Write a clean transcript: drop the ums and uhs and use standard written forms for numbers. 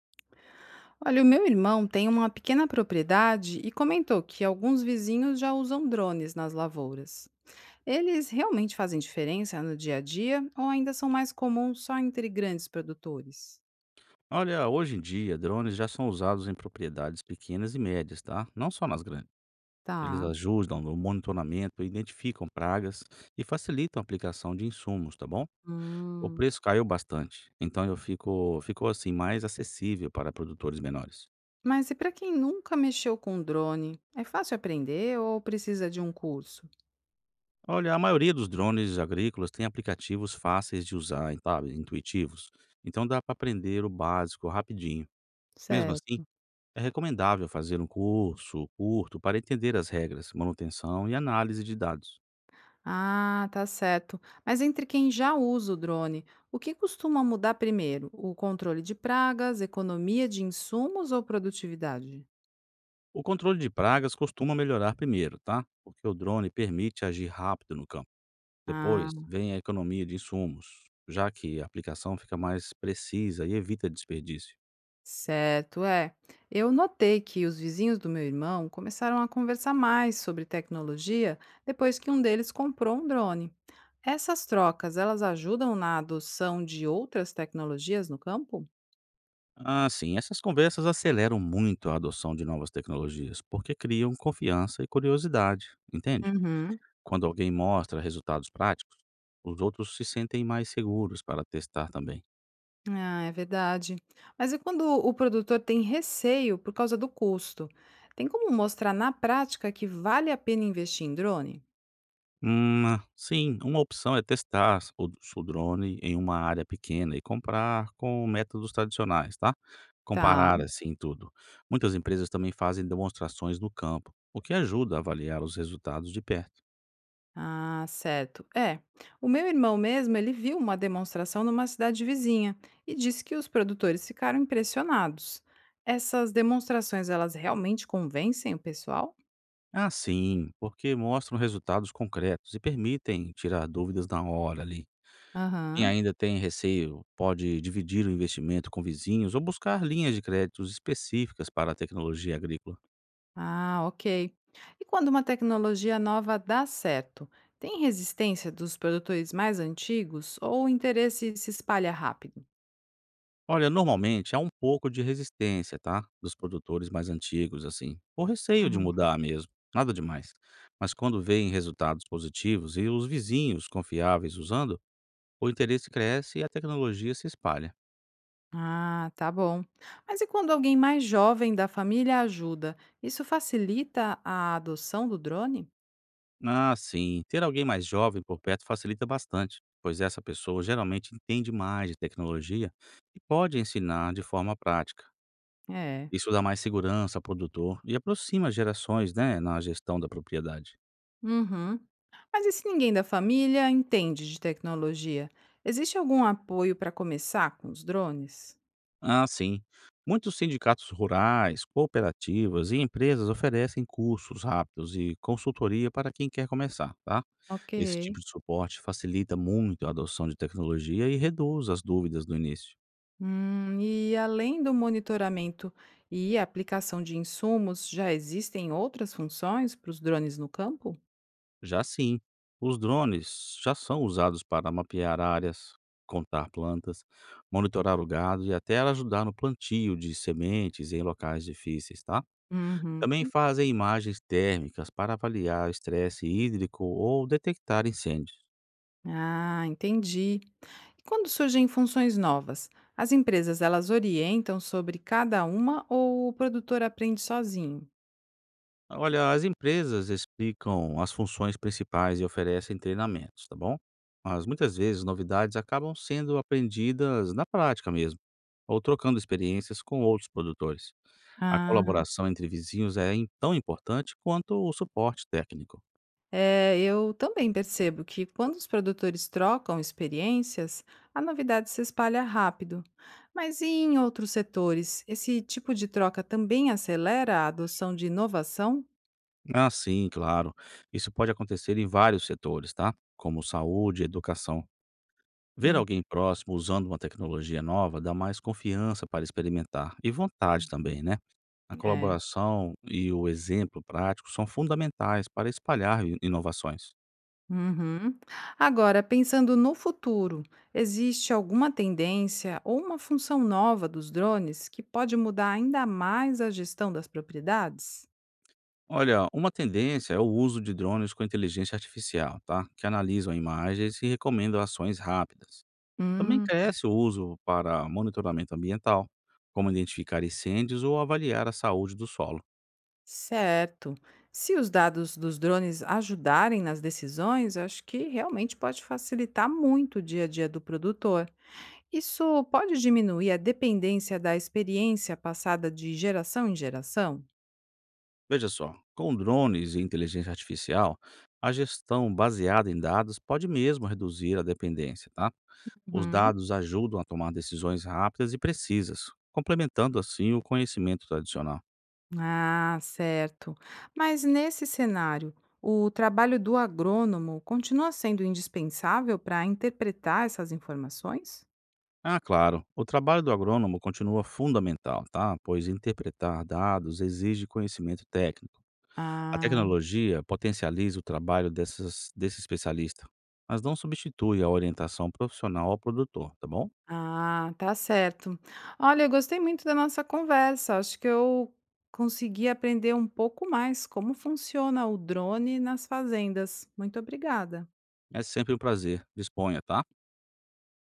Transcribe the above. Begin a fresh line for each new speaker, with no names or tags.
Olha, o meu irmão tem uma pequena propriedade e comentou que alguns vizinhos já usam drones nas lavouras. Eles realmente fazem diferença no dia a dia ou ainda são mais comuns só entre grandes produtores?
Olha, hoje em dia, drones já são usados em propriedades pequenas e médias, tá? Não só nas grandes. Eles
Tá.
ajudam no monitoramento, identificam pragas e facilitam a aplicação de insumos, tá bom? O
Hum.
preço caiu bastante, então ficou assim mais acessível para produtores menores.
Mas e para quem nunca mexeu com drone, é fácil aprender ou precisa de um curso?
Olha, a maioria dos drones agrícolas tem aplicativos fáceis de usar, sabe, intuitivos. Então dá para aprender o básico rapidinho. Mesmo assim,
Certo.
é recomendável fazer um curso curto para entender as regras, manutenção e análise de dados.
Ah, tá certo. Mas entre quem já usa o drone, o que costuma mudar primeiro? O controle de pragas, economia de insumos ou produtividade?
O controle de pragas costuma melhorar primeiro, tá? Porque o drone permite agir rápido no campo. Depois
Ah,
vem a economia de insumos, já que a aplicação fica mais precisa e evita desperdício.
certo, é. Eu notei que os vizinhos do meu irmão começaram a conversar mais sobre tecnologia depois que um deles comprou um drone. Essas trocas, elas ajudam na adoção de outras tecnologias no campo?
Ah, sim, essas conversas aceleram muito a adoção de novas tecnologias, porque criam confiança e curiosidade, entende?
Uhum.
Quando alguém mostra resultados práticos, os outros se sentem mais seguros para testar também.
Ah, é verdade. Mas e quando o produtor tem receio por causa do custo? Tem como mostrar na prática que vale a pena investir em drone?
Hum, sim, uma opção é testar o drone em uma área pequena e comprar com métodos tradicionais, tá?
Tá.
Comparar assim tudo. Muitas empresas também fazem demonstrações no campo, o que ajuda a avaliar os resultados de perto.
Ah, certo. É. O meu irmão mesmo, ele viu uma demonstração numa cidade vizinha e disse que os produtores ficaram impressionados. Essas demonstrações, elas realmente convencem o pessoal?
Ah, sim, porque mostram resultados concretos e permitem tirar dúvidas na hora ali. Quem
Aham.
ainda tem receio pode dividir o investimento com vizinhos ou buscar linhas de créditos específicas para a tecnologia agrícola.
Ah, ok. E quando uma tecnologia nova dá certo, tem resistência dos produtores mais antigos ou o interesse se espalha rápido?
Olha, normalmente há um pouco de resistência, tá? Dos produtores mais antigos, assim, ou receio de
Uhum.
mudar mesmo, nada demais. Mas quando veem resultados positivos e os vizinhos confiáveis usando, o interesse cresce e a tecnologia se espalha.
Ah, tá bom. Mas e quando alguém mais jovem da família ajuda, isso facilita a adoção do drone?
Ah, sim, ter alguém mais jovem por perto facilita bastante, pois essa pessoa geralmente entende mais de tecnologia e pode ensinar de forma prática.
É.
Isso dá mais segurança ao produtor e aproxima gerações, né, na gestão da propriedade.
Uhum. Mas e se ninguém da família entende de tecnologia? Existe algum apoio para começar com os drones?
Ah, sim. Muitos sindicatos rurais, cooperativas e empresas oferecem cursos rápidos e consultoria para quem quer começar, tá?
Ok.
Esse tipo de suporte facilita muito a adoção de tecnologia e reduz as dúvidas do início.
E além do monitoramento e aplicação de insumos, já existem outras funções para os drones no campo?
Já sim, os drones já são usados para mapear áreas, contar plantas, monitorar o gado e até ajudar no plantio de sementes em locais difíceis, tá?
Uhum.
Também fazem imagens térmicas para avaliar estresse hídrico ou detectar incêndios.
Ah, entendi. E quando surgem funções novas, as empresas elas orientam sobre cada uma ou o produtor aprende sozinho?
Olha, as empresas explicam as funções principais e oferecem treinamentos, tá bom? Mas muitas vezes novidades acabam sendo aprendidas na prática mesmo, ou trocando experiências com outros produtores. A
Ah.
colaboração entre vizinhos é tão importante quanto o suporte técnico.
É, eu também percebo que quando os produtores trocam experiências, a novidade se espalha rápido. Mas e em outros setores, esse tipo de troca também acelera a adoção de inovação?
Ah, sim, claro. Isso pode acontecer em vários setores, tá? Como saúde, educação. Ver
Hum,
alguém próximo usando uma tecnologia nova dá mais confiança para experimentar e vontade também, né? A
é.
colaboração e o exemplo prático são fundamentais para espalhar inovações.
Uhum. Agora, pensando no futuro, existe alguma tendência ou uma função nova dos drones que pode mudar ainda mais a gestão das propriedades?
Olha, uma tendência é o uso de drones com inteligência artificial, tá? Que analisam imagens e recomendam ações rápidas. Também
Hum.
cresce o uso para monitoramento ambiental, como identificar incêndios ou avaliar a saúde do solo.
Certo. Se os dados dos drones ajudarem nas decisões, eu acho que realmente pode facilitar muito o dia a dia do produtor. Isso pode diminuir a dependência da experiência passada de geração em geração?
Veja só, com drones e inteligência artificial, a gestão baseada em dados pode mesmo reduzir a dependência, tá? Os
Uhum.
dados ajudam a tomar decisões rápidas e precisas, complementando assim o conhecimento tradicional.
Ah, certo. Mas nesse cenário, o trabalho do agrônomo continua sendo indispensável para interpretar essas informações?
Ah, claro, o trabalho do agrônomo continua fundamental, tá? Pois interpretar dados exige conhecimento técnico. A
Ah.
tecnologia potencializa o trabalho desse especialista, mas não substitui a orientação profissional ao produtor, tá bom?
Ah, tá certo. Olha, eu gostei muito da nossa conversa. Acho que eu consegui aprender um pouco mais como funciona o drone nas fazendas. Muito obrigada.
É sempre um prazer. Disponha, tá?